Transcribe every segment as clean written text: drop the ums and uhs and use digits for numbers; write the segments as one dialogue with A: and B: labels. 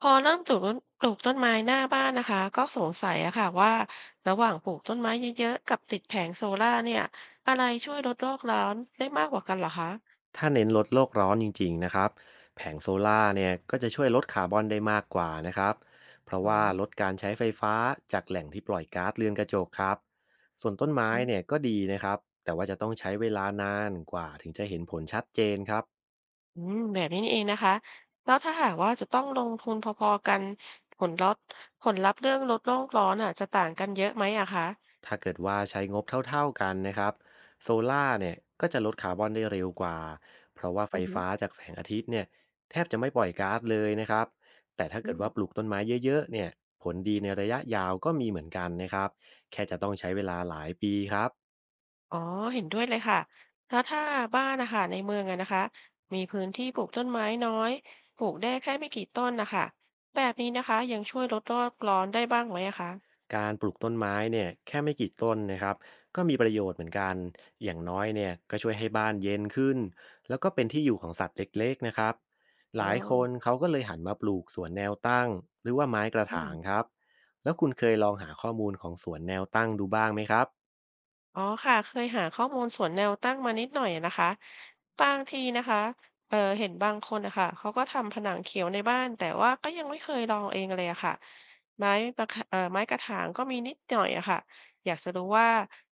A: พอเริ่มปลูกต้นไม้หน้าบ้านนะคะก็สงสัยอะค่ะว่าระหว่างปลูกต้นไม้เยอะๆกับติดแผงโซล่าร์เนี่ยอะไรช่วยลดโลกร้อนได้มากกว่ากันเหรอคะ
B: ถ้าเน้นลดโลกร้อนจริงๆนะครับแผงโซล่าร์เนี่ยก็จะช่วยลดคาร์บอนได้มากกว่านะครับเพราะ
A: อ๋อ
B: ว่าลดการใช้ไฟฟ้าจากแหล่งที่ปล่อยก๊าซเรือนกระจกครับส่วนต้นไม้เนี่ยก็ดีนะครับแต่ว่าจะต้องใช้เวลานานกว่าถึงจะเห็นผลชัดเจนครับ
A: อืมแบบนี้นี่เองนะคะแล้วถ้าหากว่าจะต้องลงทุนพอๆกันผลลัพธ์ผลลัพธ์เรื่องลดโลกร้อนอะจะต่างกันเยอะไหมอะคะ
B: ถ้าเกิดว่าใช้งบเท่าๆกันนะครับโซล่าร์เนี่ยก็จะลดคาร์บอนได้เร็วกว่าเพราะว่าไฟ
A: อือฮึ
B: ฟ้าจากแสงอาทิตย์เนี่ยแทบจะไม่ปล่อยก๊าซเลยนะครับแต่ถ้า
A: อื
B: เกิด
A: ม
B: ว่าปลูกต้นไม้เยอะๆเนี่ยผลดีในระยะยาวก็มีเหมือนกันนะครับแค่จะต้องใช้เวลาหลายปีครับ
A: อ๋อเห็นด้วยเลยค่ะแล้วถ้าบ้านนะคะในเมืองอะนะคะมีพื้นที่ปลูกต้นไม้น้อยปลูกได้แค่ไม่กี่ต้นนะคะแบบนี้นะคะยังช่วยลดโลกร้อนได้บ้างไหมอะคะ
B: การปลูกต้นไม้เนี่ยแค่ไม่กี่ต้นนะครับก็มีประโยชน์เหมือนกันอย่างน้อยเนี่ยก็ช่วยให้บ้านเย็นขึ้นแล้วก็เป็นที่อยู่ของสัตว์เล็กๆนะครับห
A: อ๋อ
B: ลายคนเขาก็เลยหันมาปลูกสวนแนวตั้งหรือว่าไม้กระ
A: อื
B: ถา
A: ม
B: งครับแล้วคุณเคยลองหาข้อมูลของสวนแนวตั้งดูบ้างไหมครับ
A: อ๋อค่ะเคยหาข้อมูลสวนแนวตั้งมานิดหน่อยนะคะบางทีนะคะเออเห็นบางคนนะคะเขาก็ทำผนังเขียวในบ้านแต่ว่าก็ยังไม่เคยลองเองเลยอะค่ะไม้ประคเอ่อไม้กระถางก็มีนิดหน่อยอะค่ะอยากจะรู้ว่า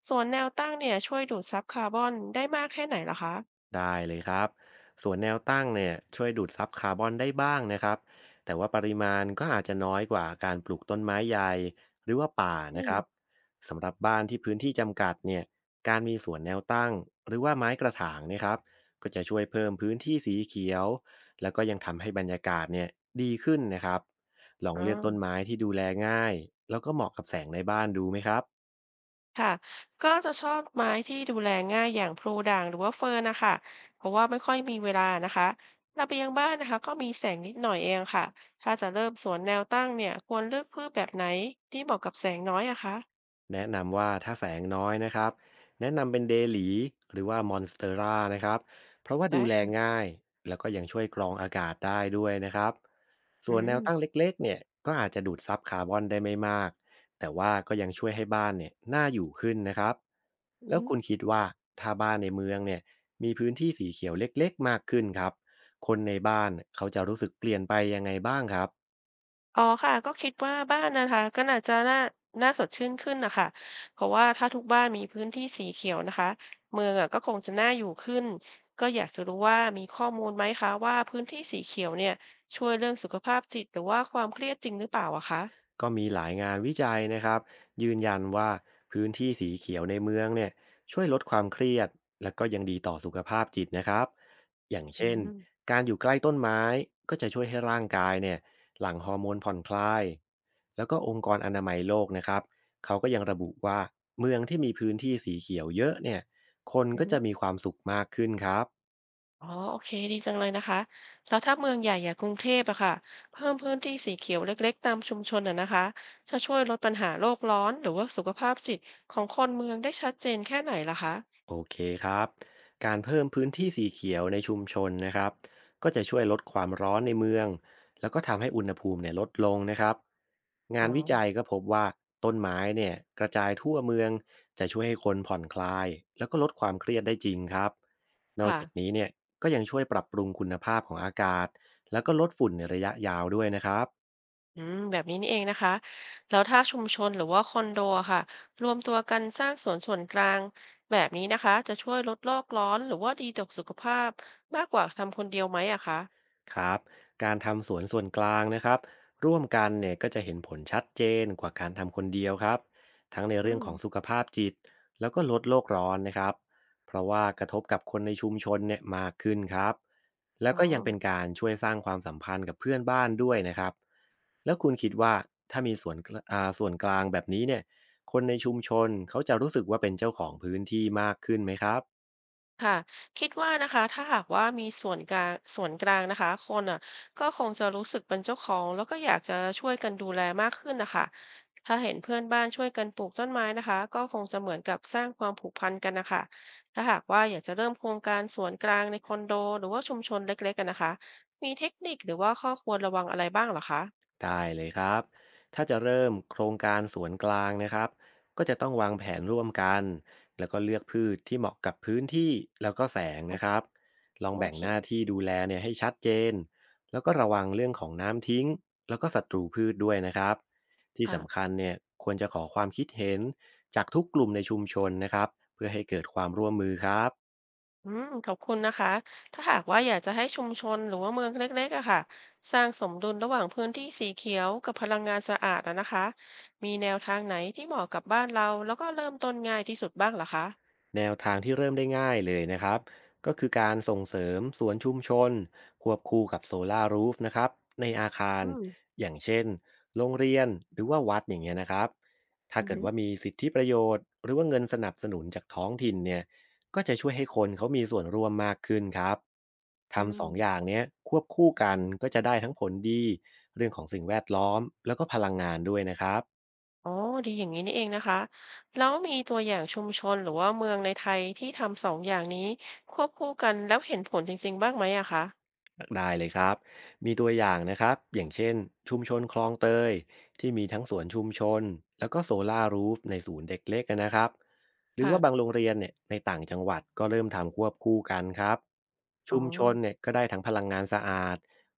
A: สวนแนวตั้งเนี่ยช่วยดูดซับคาร์บอนได้มากแค่ไหนเหรอคะ
B: ได้เลยครับส่วนแนวตั้งเนี่ยช่วยดูดซับคาร์บอนได้บ้างนะครับแต่ว่าปริมาณก็อาจจะน้อยกว่าการปลูกต้นไม้ใหญ่หรือว่าป่า
A: อื
B: นะค
A: ม
B: รับสำหรับบ้านที่พื้นที่จำกัดเนี่ยการมีสวนแนวตั้งหรือว่าไม้กระถางเนะครับก็จะช่วยเพิ่มพื้นที่สีเขียวแล้วก็ยังทำให้บรรยากาศเนี่ยดีขึ้นนะครับลอง
A: อ๋อ
B: เลือกต้นไม้ที่ดูแลง่ายแล้วก็เหมาะกับแสงในบ้านดูไหมครับ
A: ค่ะก็จะชอบไม้ที่ดูแลง่ายอย่างพลูด่างหรือว่าเฟิร์นนะคะเพราะว่าไม่ค่อยมีเวลานะคะระเบียงบ้านนะคะก็มีแสงนิดหน่อยเองค่ะถ้าจะเริ่มสวนแนวตั้งเนี่ยควรเลือกพืชแบบไหนที่เหมาะกับแสงน้อยอะคะ
B: แนะนำว่าถ้าแสงน้อยนะครับแนะนำเป็นเดหลีหรือว่ามอนสเตอร่านะครับเพราะว่าดู
A: ได้
B: แล
A: ค่ะ
B: ง่ายแล้วก็ยังช่วยกรองอากาศได้ด้วยนะครับ
A: อื
B: ส่วนแนวตั้ง
A: ม
B: เล็กๆเนี่ยก็อาจจะดูดซับคาร์บอนได้ไม่มากแต่ว่าก็ยังช่วยให้บ้านเนี่ยน่าอยู่ขึ้นนะครับ
A: อื
B: แล้ว
A: ม
B: คุณคิดว่าถ้าบ้านในเมืองเนี่ยมีพื้นที่สีเขียวเล็กๆมากขึ้นครับคนในบ้านเขาจะรู้สึกเปลี่ยนไปยังไงบ้างครับ
A: อ๋อค่ะก็คิดว่าบ้านนะคะก็น่าจะน่าน่าสดชื่นขึ้นนะคะเพราะว่าถ้าทุกบ้านมีพื้นที่สีเขียวนะคะเมืองอะก็คงจะน่าอยู่ขึ้นก็อยากจะรู้ว่ามีข้อมูลไหมคะว่าพื้นที่สีเขียวเนี่ยช่วยเรื่องสุขภาพจิตหรือว่าความเครียดจริงหรือเปล่าอะคะ
B: ก็มีหลายงานวิจัยนะครับยืนยันว่าพื้นที่สีเขียวในเมืองเนี่ยช่วยลดความเครียดและก็ยังดีต่อสุขภาพจิตนะครับอย่าง
A: อื
B: เช่น
A: ม
B: การอยู่ใกล้ต้นไม้ก็จะช่วยให้ร่างกายเนี่ยหลั่งฮอร์โมนผ่อนคลายแล้วก็องค์กรอนามัยโลกนะครับเขาก็ยังระบุว่าเมืองที่มีพื้นที่สีเขียวเยอะเนี่ยคน
A: อื
B: ก็จะ
A: ม
B: มีความสุขมากขึ้นครับ
A: อ๋อโอเคดีจังเลยนะคะแล้วถ้าเมืองใหญ่อย่างกรุงเทพอะค่ะเพิ่มพื้นที่สีเขียวเล็กๆตามชุมชนอะนะคะจะช่วยลดปัญหาโลกร้อนหรือว่าสุขภาพจิตของคนเมืองได้ชัดเจนแค่ไหนล่ะคะ
B: โอเคครับ การเพิ่มพื้นที่สีเขียวในชุมชนนะครับก็จะช่วยลดความร้อนในเมืองแล้วก็ทำให้อุณหภูมิเนี่ยลดลงนะครับงา
A: อ๋อ
B: นวิจัยก็พบว่าต้นไม้เนี่ยกระจายทั่วเมืองจะช่วยให้คนผ่อนคลายแล้วก็ลดความเครียดได้จริงครับนอกจาก
A: ค่ะ
B: นี้เนี่ยก็ยังช่วยปรับปรุงคุณภาพของอากาศ แล้วก็ลดฝุ่นในระยะยาวด้วยนะครับ
A: อืมแบบนี้นี่เองนะคะ แล้วถ้าชุมชนหรือว่าคอนโดอะค่ะ รวมตัวกันสร้างสวนส่วนกลางแบบนี้นะคะ จะช่วยลดโลกร้อนหรือว่าดีต่อสุขภาพมากกว่าทำคนเดียวไหมอะคะ
B: ครับการทำสวนส่วนกลางนะครับร่วมกันเนี่ยก็จะเห็นผลชัดเจนกว่าการทำคนเดียวครับทั้งใน
A: อื
B: เรื่อง
A: ม
B: ของสุขภาพจิตแล้วก็ลดโลกร้อนนะครับเพราะว่ากระทบกับคนในชุมชนเนี่ยมากขึ้นครับแล้ว
A: อ๋อ
B: ก็ยังเป็นการช่วยสร้างความสัมพันธ์กับเพื่อนบ้านด้วยนะครับแล้วคุณคิดว่าถ้ามีส่วนกลางแบบนี้เนี่ยคนในชุมชนเขาจะรู้สึกว่าเป็นเจ้าของพื้นที่มากขึ้นไหมครับ
A: ค่ะคิดว่านะคะถ้าหากว่ามีส่วนกลางนะคะคนอ่ะก็คงจะรู้สึกเป็นเจ้าของแล้วก็อยากจะช่วยกันดูแลมากขึ้นนะคะถ้าเห็นเพื่อนบ้านช่วยกันปลูกต้นไม้นะคะก็คงจะเหมือนกับสร้างความผูกพันกันนะคะถ้าหากว่าอยากจะเริ่มโครงการสวนกลางในคอนโดหรือว่าชุมชนเล็กๆกันนะคะมีเทคนิคหรือว่าข้อควรระวังอะไรบ้างเหรอคะ
B: ได้เลยครับ ถ้าจะเริ่มโครงการสวนกลางนะครับ ก็จะต้องวางแผนร่วมกัน แล้วก็เลือกพืชที่เหมาะกับพื้นที่ แล้วก็แสงนะค
A: โอ
B: รับ ลอง
A: โอ
B: แบ่ง
A: เค
B: หน้าที่ดูแลเนี่ยให้ชัดเจน แล้วก็ระวังเรื่องของน้ำทิ้ง แล้วก็ศัตรูพืชด้วยนะครับที่สำ
A: ค่ะ
B: คัญเนี่ยควรจะขอความคิดเห็นจากทุกกลุ่มในชุมชนนะครับ เพื่อให้เกิดความร่วมมือครับ
A: อืมขอบคุณนะคะถ้าหากว่าอยากจะให้ชุมชนหรือว่าเมืองเล็กๆอะค่ะสร้างสมดุลระหว่างพื้นที่สีเขียวกับพลังงานสะอาดอะนะคะมีแนวทางไหนที่เหมาะกับบ้านเราแล้วก็เริ่มต้นง่ายที่สุดบ้างเหรอคะ
B: แนวทางที่เริ่มได้ง่ายเลยนะครับก็คือการส่งเสริมสวนชุมชนควบคู่กับโซลารูฟนะครับในอาคาร
A: อืม
B: อย่างเช่นโรงเรียนหรือว่าวัดอย่างเงี้ยนะครับถ้า
A: อือ
B: เกิด
A: หือ
B: ว่ามีสิทธิประโยชน์หรือว่าเงินสนับสนุนจากท้องถิ่นเนี่ยก็จะช่วยให้คนเขามีส่วนร่วมมากขึ้นครับ
A: อื
B: ทำส
A: ม
B: องอย่างเนี้ยควบคู่กันก็จะได้ทั้งผลดีเรื่องของสิ่งแวดล้อมแล้วก็พลังงานด้วยนะครับ
A: อ๋อดีอย่างนี้นี่เองนะคะแล้วมีตัวอย่างชุมชนหรือว่าเมืองในไทยที่ทำสองอย่างนี้ควบคู่กันแล้วเห็นผลจริงๆบ้างไหมอะคะ
B: ได้เลยครับมีตัวอย่างนะครับอย่างเช่นชุมชนคลองเตยที่มีทั้งสวนชุมชนแล้วก็โซลาร์รูฟในศูนย์เด็กเล็กนะครับหรือ
A: ค่ะ
B: ว่าบางโรงเรียนเนี่ยในต่างจังหวัดก็เริ่มทำควบคู่กันครับ
A: อ๋อ
B: ชุมชนเนี่ยก็ได้ทั้งพลังงานสะอาด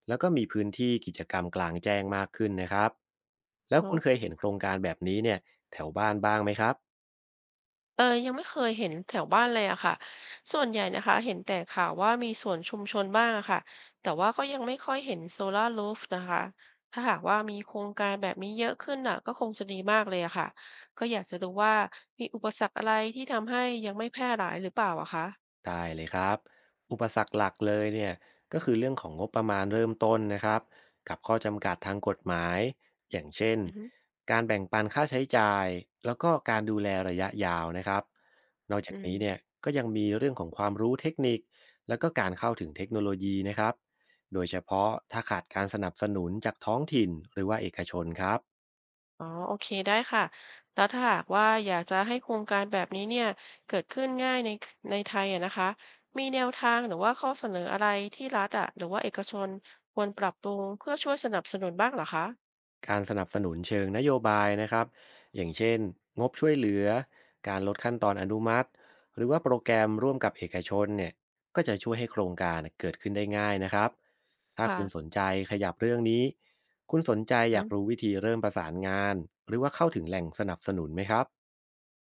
B: แล้วก็มีพื้นที่กิจกรรมกลางแจ้งมากขึ้นนะครับแล้วคุณเคยเห็นโครงการแบบนี้เนี่ยแถวบ้านบ้างไหมครับ
A: เออยังไม่เคยเห็นแถวบ้านเลยอะค่ะส่วนใหญ่นะคะเห็นแต่ข่าวว่ามีสวนชุมชนบ้างอะค่ะแต่ว่าก็ยังไม่ค่อยเห็นโซลาร์รูฟนะคะถ้าหากว่ามีโครงการแบบนี้เยอะขึ้นน่ะก็คงจะดีมากเลยอะค่ะก็อยากจะรู้ว่ามีอุปสรรคอะไรที่ทำให้ยังไม่แพร่หลายหรือเปล่าอะคะ
B: ได้เลยครับอุปสรรคหลักเลยเนี่ยก็คือเรื่องของงบประมาณเริ่มต้นนะครับกับข้อจำกัดทางกฎหมายอย่างเช่น
A: อือฮึ
B: การแบ่งปันค่าใช้จ่ายแล้วก็การดูแลระยะยาวนะครับนอกจา
A: อื
B: กนี้
A: ม
B: เนี่ยก็ยังมีเรื่องของความรู้เทคนิคแล้วก็การเข้าถึงเทคโนโลยีนะครับโดยเฉพาะถ้าขาดการสนับสนุนจากท้องถิ่นหรือว่าเอกชนครับ
A: อ๋อโอเค ได้ค่ะแล้วถ้าหากว่าอยากจะให้โครงการแบบนี้เนี่ยเกิดขึ้นง่ายในไทยอะนะคะมีแนวทางหรือว่าข้อเสนออะไรที่รัฐอะหรือว่าเอกชนควรปรับปรุงเพื่อช่วยสนับสนุนบ้างเหรอคะ
B: การสนับสนุนเชิงนโยบายนะครับอย่างเช่นงบช่วยเหลือการลดขั้นตอนอนุมัติหรือว่าโปรแกรมร่วมกับเอกชนเนี่ยก็จะช่วยให้โครงการเกิดขึ้นได้ง่ายนะครับถ้าคุณส
A: ค่ะ
B: นใจขยับเรื่องนี้คุณสนใจอ
A: อื
B: ยากรู้
A: ม
B: วิธีเริ่มประสานงานหรือว่าเข้าถึงแหล่งสนับสนุนไหมครับ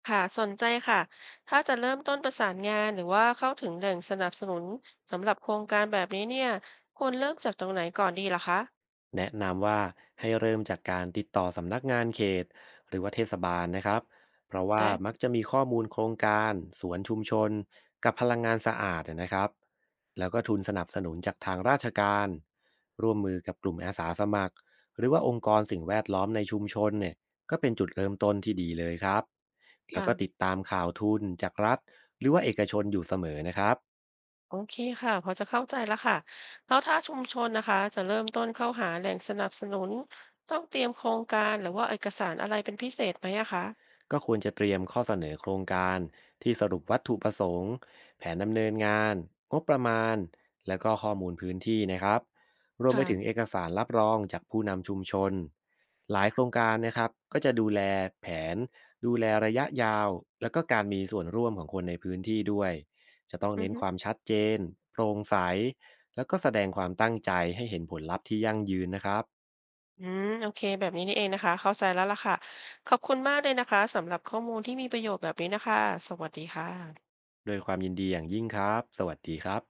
A: ค่ะสนใจค่ะถ้าจะเริ่มต้นประสานงานหรือว่าเข้าถึงแหล่งสนับสนุนสำหรับโครงการแบบนี้เนี่ยควรเริ่มจากตรงไหนก่อนดีล่ะคะ
B: แนะนำว่าให้เริ่มจากการติดต่อสำนักงานเขตหรือว่าเทศบาลนะครับเพราะว่ามัก
A: ได้
B: จะมีข้อมูลโครงการสวนชุมชนกับพลังงานสะอาดนะครับแล้วก็ทุนสนับสนุนจากทางราชการร่วมมือกับกลุ่มอาสาสมัครหรือว่าองค์กรสิ่งแวดล้อมในชุมชนเนี่ยก็เป็นจุดเริ่มต้นที่ดีเลยครับแล้ว
A: ค่ะ
B: ก็ติดตามข่าวทุนจากรัฐหรือว่าเอกชนอยู่เสมอนะครับ
A: โอเคค่ะพอจะเข้าใจแล้วค่ะแล้วถ้าชุมชนนะคะจะเริ่มต้นเข้าหาแหล่งสนับสนุนต้องเตรียมโครงการหรือว่าเอกสารอะไรเป็นพิเศษไหมอะคะ
B: ก็ควรจะเตรียมข้อเสนอโครงการที่สรุปวัตถุประสงค์แผนดำเนินงานงบประมาณและก็ข้อมูลพื้นที่นะครับรวมไปถึง
A: ค่ะ
B: เอกสารรับรองจากผู้นำชุมชนหลายโครงการนะครับก็จะดูแลแผนระยะยาวแล้วก็การมีส่วนร่วมของคนในพื้นที่ด้วยจะต้อง
A: อื
B: เน้
A: อ
B: น
A: ฮึ
B: ความชัดเจนโปร่งใสแล้วก็แสดงความตั้งใจให้เห็นผลลัพธ์ที่ยั่งยืนนะครับ
A: อืมโอเคแบบนี้นี่เองนะคะเข้าใจแล้วล่ะค่ะขอบคุณมากเลยนะคะสำหรับข้อมูลที่มีประโยชน์แบบนี้นะคะสวัสดีค่ะ
B: โดวยความยินดีอย่างยิ่งครับสวัสดีครับ